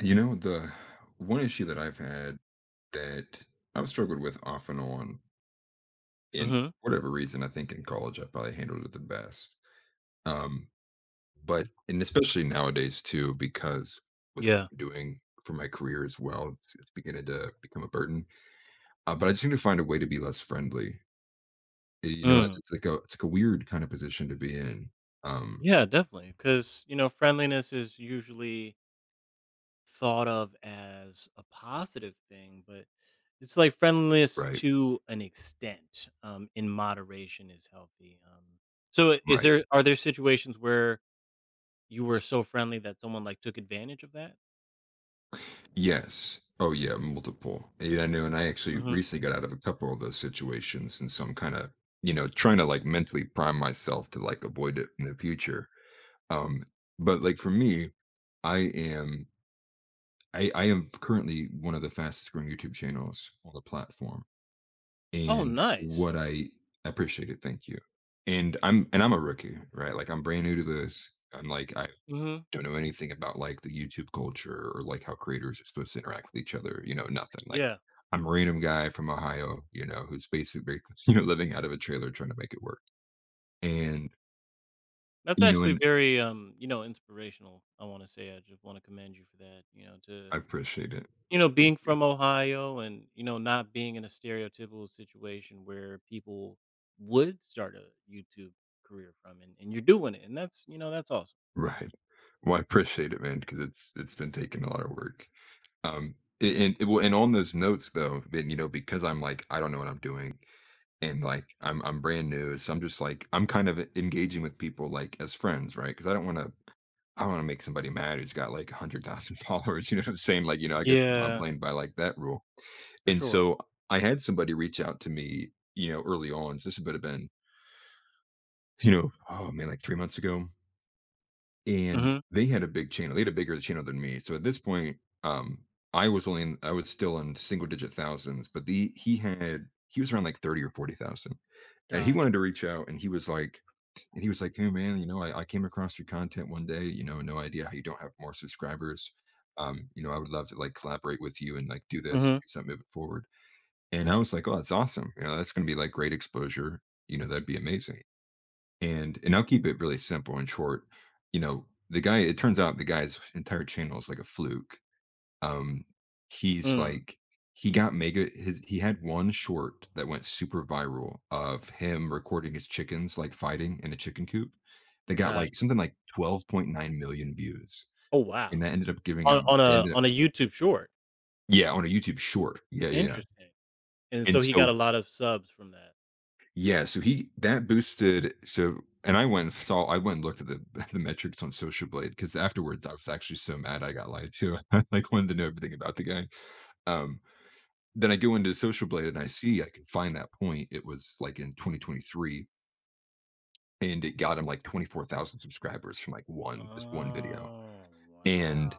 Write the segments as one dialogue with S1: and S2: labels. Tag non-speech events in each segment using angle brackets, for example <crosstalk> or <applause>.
S1: The one issue that I've had that I've struggled with off and on, in
S2: Mhm.
S1: whatever reason, I think in college I probably handled it the best. Um, but and especially nowadays too, because with what
S2: Yeah.
S1: I'm doing for my career as well, it's beginning to become a burden. But I just need to find a way to be less friendly.
S2: Mm.
S1: It's like a weird kind of position to be in. Um,
S2: Yeah, definitely. Because, you know, friendliness is usually thought of as a positive thing, but it's like friendliness
S1: right,
S2: to an extent, in moderation is healthy. So is
S1: right.
S2: are there situations where you were so friendly that someone like took advantage of that?
S1: Yes. Oh yeah, multiple. And I know, and I actually
S2: Hmm.
S1: recently got out of a couple of those situations, and so I'm kind of, trying to like mentally prime myself to like avoid it in the future. Um, but like for me, I am, I am currently one of the fastest growing YouTube channels on the platform,
S2: Oh,
S1: and
S2: nice.
S1: what I appreciate it. Thank you. And I'm a rookie, right? Like I'm brand new to this. I'm like, I
S2: Hmm.
S1: don't know anything about like the YouTube culture or like how creators are supposed to interact with each other, nothing. Like
S2: Yeah.
S1: I'm a random guy from Ohio, who's basically, <laughs> living out of a trailer trying to make it work. And,
S2: That's
S1: you know,
S2: actually
S1: and
S2: very, you know, inspirational. I want to say, I just want to commend you for that, you know, to
S1: I appreciate it.
S2: you know,
S1: Thank
S2: being
S1: you.
S2: from
S1: <laughs>
S2: Ohio and, you know, not being in a stereotypical situation where people would start a YouTube career from and you're doing it. And that's, you know, that's awesome.
S1: Right. Well, I appreciate it, man, because it's been taking a lot of work. Um well, and on those notes though, then because I'm like, I don't know what I'm doing and like I'm brand new. So I'm just like I'm kind of engaging with people like as friends, right? Because I don't wanna make somebody mad who's got, like, 100,000 <laughs> followers, you know what I'm saying? Like, I guess I'm
S2: Yeah,
S1: playing by, like, that rule.
S2: for
S1: And
S2: sure.
S1: so I had somebody reach out to me, early on, so this would have been, oh man, like 3 months ago, and
S2: Hmm.
S1: they had a big channel, they had a bigger channel than me. So at this point, um, I was still in single digit thousands, but the he had he was around like 30 or 40,000. And he
S2: Gotcha.
S1: wanted to reach out and he was like, "Hey man, I came across your content one day, no idea how you don't have more subscribers. I would love to like collaborate with you and like do this, do
S2: Hmm.
S1: something moving forward. And I was like, "Oh, that's awesome. That's gonna be like great exposure. That'd be amazing. And I'll keep it really simple and short. The guy, it turns out the guy's entire channel is like a fluke. Um, he's
S2: Mm,
S1: like he got mega his he had one short that went super viral of him recording his chickens like fighting in a chicken coop. They got like
S2: gotcha.
S1: something like 12.9 million views,
S2: Oh
S1: and
S2: wow.
S1: that ended up giving
S2: On
S1: him they ended up
S2: a YouTube short.
S1: yeah, on a YouTube short. Yeah, yeah, yeah.
S2: Interesting. And so
S1: And
S2: he got a
S1: so
S2: lot of subs from that.
S1: yeah, so he that boosted so And I went and looked at the <laughs> the metrics on Social Blade because afterwards I was actually so mad I got lied to. <laughs> I like wanted to know everything about the guy. Um then I go into Social Blade and I can find that point. It was like in 2023 and it got him like 24,000 subscribers from like one, this one video.
S2: Oh wow.
S1: And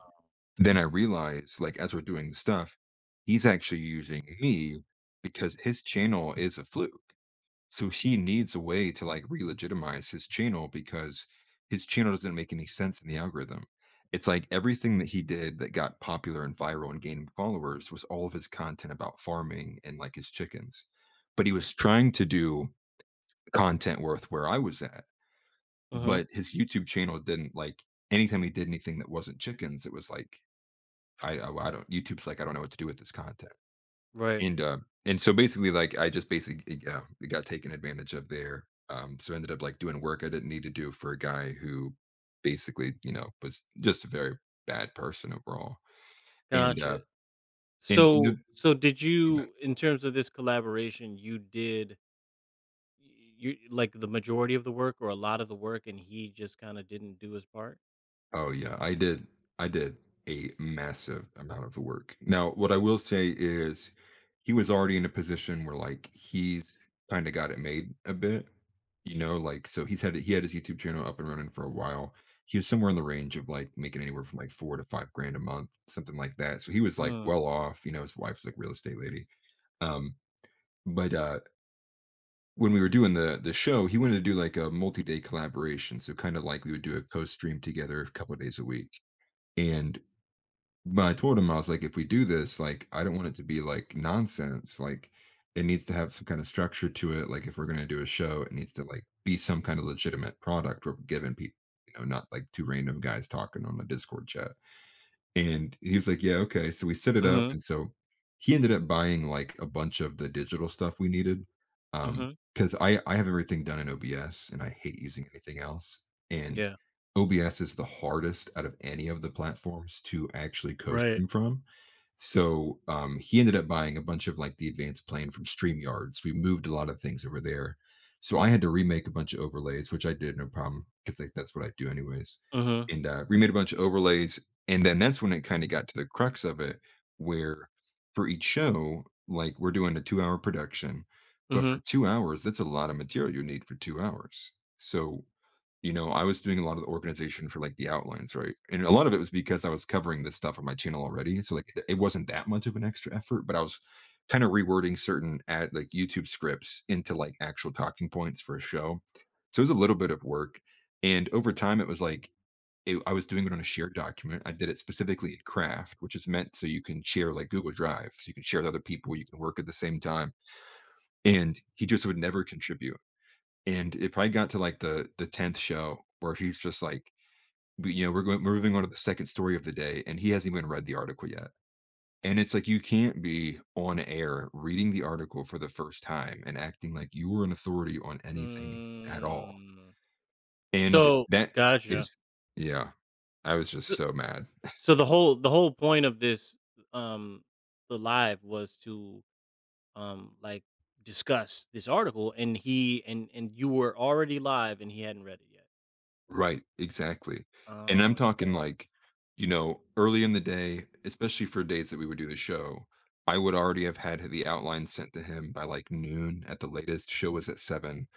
S1: then I realized, like, as we're doing the stuff, he's actually using me because his channel is a fluke. So he needs a way to like re-legitimize his channel because his channel doesn't make any sense in the algorithm. It's like everything that he did that got popular and viral and gained followers was all of his content about farming and like his chickens. But he was trying to do content worth where I was at.
S2: Hmm.
S1: But his YouTube channel didn't like anytime he did anything that wasn't chickens, it was like, I don't, YouTube's like, I don't know what to do with this content.
S2: Right.
S1: And, uh, and so basically, like, I just basically, yeah, got taken advantage of there. So I ended up like doing work I didn't need to do for a guy who basically, was just a very bad person overall. And,
S2: Gotcha.
S1: uh, and the,
S2: So did you in terms of this collaboration, you like, the majority of the work or a lot of the work, and he just kinda didn't do his part?
S1: Oh yeah, I did a massive amount of the work. Now, what I will say is he was already in a position where like he's kind of got it made a bit, like so he had his YouTube channel up and running for a while. He was somewhere in the range of like making anywhere from like 4 to 5 grand a month, something like that. So he was like
S2: Mm.
S1: well off, his wife's like real estate lady. Um, but when we were doing the show, he wanted to do like a multi-day collaboration. So kind of like we would do a co-stream together a couple of days a week. And but I told him, I was like, if we do this, like, I don't want it to be like nonsense. Like, it needs to have some kind of structure to it. Like, if we're going to do a show, it needs to like be some kind of legitimate product we're giving people, not like two random guys talking on the Discord chat. And he was like, "Yeah, okay." So we set it up,
S2: Mhm.
S1: and so he ended up buying like a bunch of the digital stuff we needed, um,
S2: Mhm.
S1: because I have everything done in OBS, and I hate using anything else. And
S2: Yeah.
S1: OBS is the hardest out of any of the platforms to actually
S2: Right.
S1: co-stream from. So he ended up buying a bunch of like the advanced plane from StreamYard. So we moved a lot of things over there. So I had to remake a bunch of overlays, which I did no problem because like, that's what I do anyways.
S2: Mhm.
S1: And remade a bunch of overlays and then that's when it kinda got to the crux of it, where for each show, like, we're doing a 2-hour production, but for
S2: Mhm.
S1: 2 hours, that's a lot of material you need for 2 hours. So, I was doing a lot of the organization for, like, the outlines, right? And a lot of it was because I was covering this stuff on my channel already, so, like, it wasn't that much of an extra effort, but I was kinda rewording certain ad like, YouTube scripts into, like, actual talking points for a show. So it was a little bit of work, and over time, it was like it I was doing it on a shared document. I did it specifically in Craft, which is meant so you can share like Google Drive, so you can share with other people, you can work at the same time. And he just would never contribute. And it probably got to like the 10th show where he's just like, "We're moving on to the second story of the day, and he hasn't even read the article yet. And it's like you can't be on air reading the article for the first time and acting like you were an authority on anything at all.
S2: Mm.
S1: And
S2: So
S1: that
S2: gotcha.
S1: is, yeah, I was just
S2: Th
S1: so mad.
S2: So the whole point of this, um, the live was to, like, discuss this article, and he and you were already live, and he hadn't read it yet.
S1: Right, exactly, and I'm
S2: Oh.
S1: talking, like, early in the day, especially for days that we would do the show, I would already have had the outline sent to him by, like, noon at the latest, show was at 7,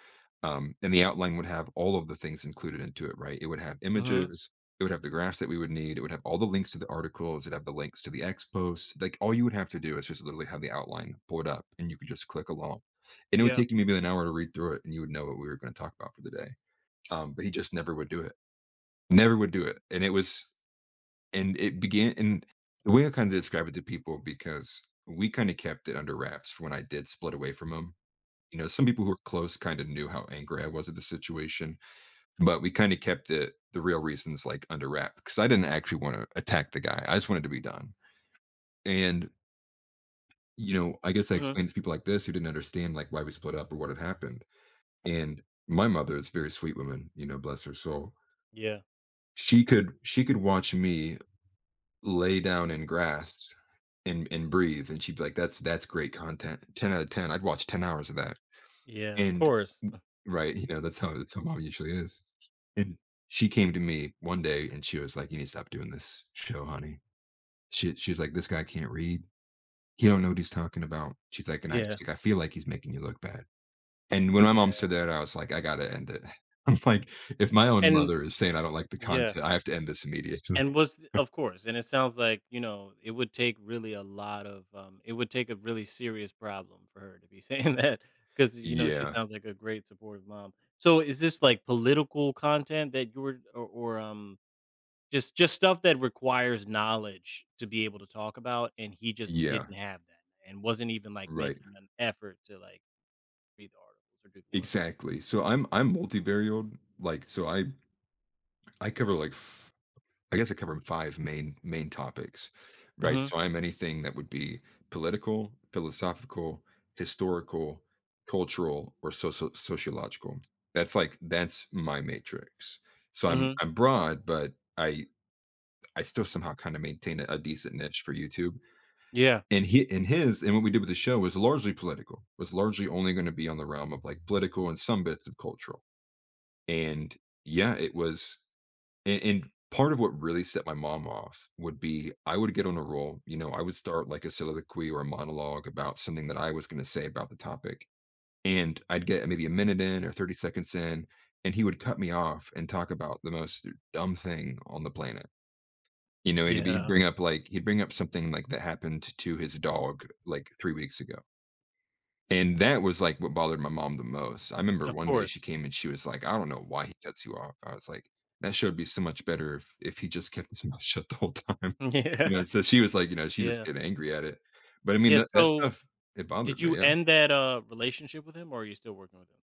S1: and the outline would have all of the things included into it, right? It would have
S2: Mhm.
S1: images, it would have the graphs that we would need, it would have all the links to the articles, it'd have the links to the X post, like, all you would have to do is just literally have the outline pulled up, and you could just click along, and it would
S2: Yeah.
S1: take you maybe an hour to read through it, and you would know what we were gonna talk about for the day, but he just never would do it. Never would do it, and it was and it began and the way I kinda describe it to people because we kinda kept it under wraps for when I did split away from him. You know, some people who were close kinda knew how angry I was at the situation, but we kinda kept it the real reasons, like, under wrap, because I didn't actually wanna attack the guy, I just wanted to be done, and, you know, I guess I
S2: Mhm.
S1: explained to people like this who didn't understand, like, why we split up or what had happened, and my mother is a very sweet woman, you know, bless her soul.
S2: Yeah.
S1: She could watch me lay down in grass and breathe, and she'd be like, "That's great content. 10 out of 10. I'd watch 10 hours of that."
S2: Yeah, of
S1: And
S2: course. <laughs>
S1: right, you know, that's how mom usually is. And she came to me one day and she was like, "You need to stop doing this show, honey." She was like, "This guy can't read. He don't know what he's talking about." She's like, "And I
S2: Yeah.
S1: she's like, I feel like he's making you look bad." And when my
S2: Yeah.
S1: mom said that, I was like, "I gotta end it." <laughs> I'm like, if my own
S2: And
S1: mother is saying I don't like the
S2: yeah,
S1: content, I have to end this immediately.
S2: and
S1: <laughs>
S2: was and it sounds like, you know, it would take really a lot of, it would take a really serious problem for her to be <laughs> saying that because you know, she
S1: Yeah.
S2: sounds like a great supportive mom. So, is this, like, political content that you were just stuff that requires knowledge to be able to talk about, and he just
S1: Yeah.
S2: didn't have that, and wasn't even, like,
S1: Right.
S2: making an effort to, like, read the articles or do the work?
S1: Exactly. So I'm multivariate, like, so I cover like f I guess I cover five main topics, right?
S2: Mhm,
S1: So I'm anything that would be political, philosophical, historical, cultural, or sociological. That's like that's my matrix. So I'm
S2: mhm.
S1: I'm broad, but I still somehow kinda maintain a decent niche for YouTube.
S2: Yeah,
S1: And he and his and what we did with the show was largely political, was largely only gonna be on the realm of like political and some bits of cultural. And yeah, it was and, part of what really set my mom off would be I would get on a roll. You know, I would start like a soliloquy or a monologue about something that I was going to say about the topic. And I'd get maybe a minute in or 30 seconds in, and he would cut me off and talk about the most dumb thing on the planet. You know,
S2: yeah,
S1: he'd bring up something like that happened to his dog like three weeks ago, and that was, like, what bothered my mom the most. I remember
S2: of
S1: one day
S2: course.
S1: she came and she was like, "I don't know why he cuts you off." I was like, "That show would be so much better if he just kept his <laughs> mouth shut the whole time."
S2: <laughs>
S1: <laughs> You know,
S2: Yeah,
S1: and so she was like, you know, she just
S2: yeah.
S1: get angry at it. But I mean,
S2: Yeah,
S1: that
S2: so
S1: stuff, it
S2: did
S1: bothered
S2: you
S1: me, yeah.
S2: end that, relationship with him, or are you still working with him?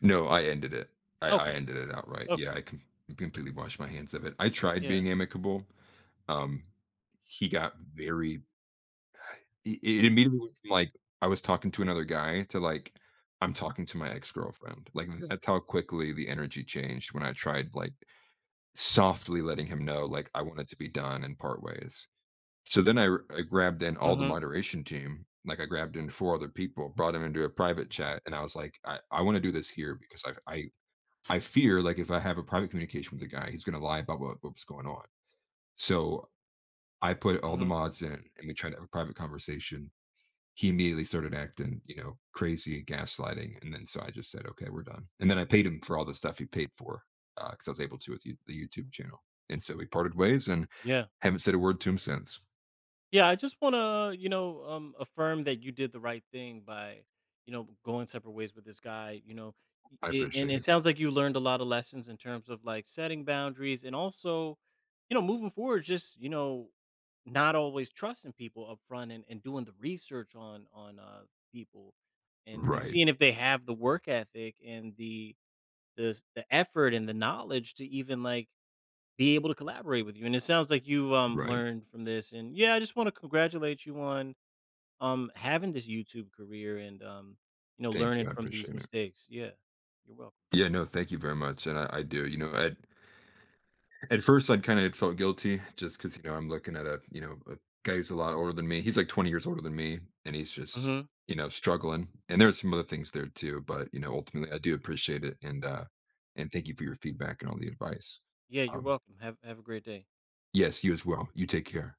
S1: No, I ended it. I
S2: Okay,
S1: ended it outright. Yeah,
S2: okay,
S1: I com completely washed my hands of it. I tried
S2: yeah,
S1: being amicable. Um, he got very, it immediately went from, like, I was talking to another guy to, like, I'm talking to my ex-girlfriend. Like, that's how quickly the energy changed when I tried, like, softly letting him know, like, I wanted to be done and part ways. So then I grabbed in all the
S2: mhm,
S1: moderation team, like, I grabbed in four other people, brought them into a private chat, and I was like, I wanna do this here because I fear, like, if I have a private communication with the guy, he's gonna lie about what going on." So, I put all the
S2: mhm,
S1: mods in, and we tried to have a private conversation. He immediately started acting, you know, crazy and gaslighting, and then so I just said, "Okay, we're done." And then I paid him for all the stuff he paid for, because I was able to with you the YouTube channel, and so we parted ways and
S2: yeah.
S1: haven't said a word to him since.
S2: Yeah, I just wanna, you know, affirm that you did the right thing by, you know, going separate ways with this guy, you know, y
S1: I
S2: it and
S1: appreciate
S2: it
S1: it.
S2: sounds like you learned a lot of lessons in terms of, like, setting boundaries and also, you know, moving forward, just, you know, not always trusting people up front and doing the research on people and
S1: Right,
S2: seeing if they have the work ethic and the the effort and the knowledge to even like be able to collaborate with you. And it sounds like you've
S1: right.
S2: learned from this. And yeah, I just want to congratulate you on having this YouTube career and you know
S1: Thank
S2: learning
S1: you, I
S2: from these
S1: appreciate it.
S2: mistakes. Yeah, you're welcome.
S1: Yeah, no, thank you very much, and I do, you know, I at first, I'd kind of felt guilty just because, you know, I'm looking at a, you know, a guy who's a lot older than me. He's like 20 years older than me, and he's just,
S2: Hmm.
S1: you know, struggling. And there's some other things there too, but you know, ultimately, I do appreciate it, and thank you for your feedback and all the advice.
S2: Yeah, you're
S1: Um,
S2: welcome. Have a great day.
S1: yes, you as well. You take care.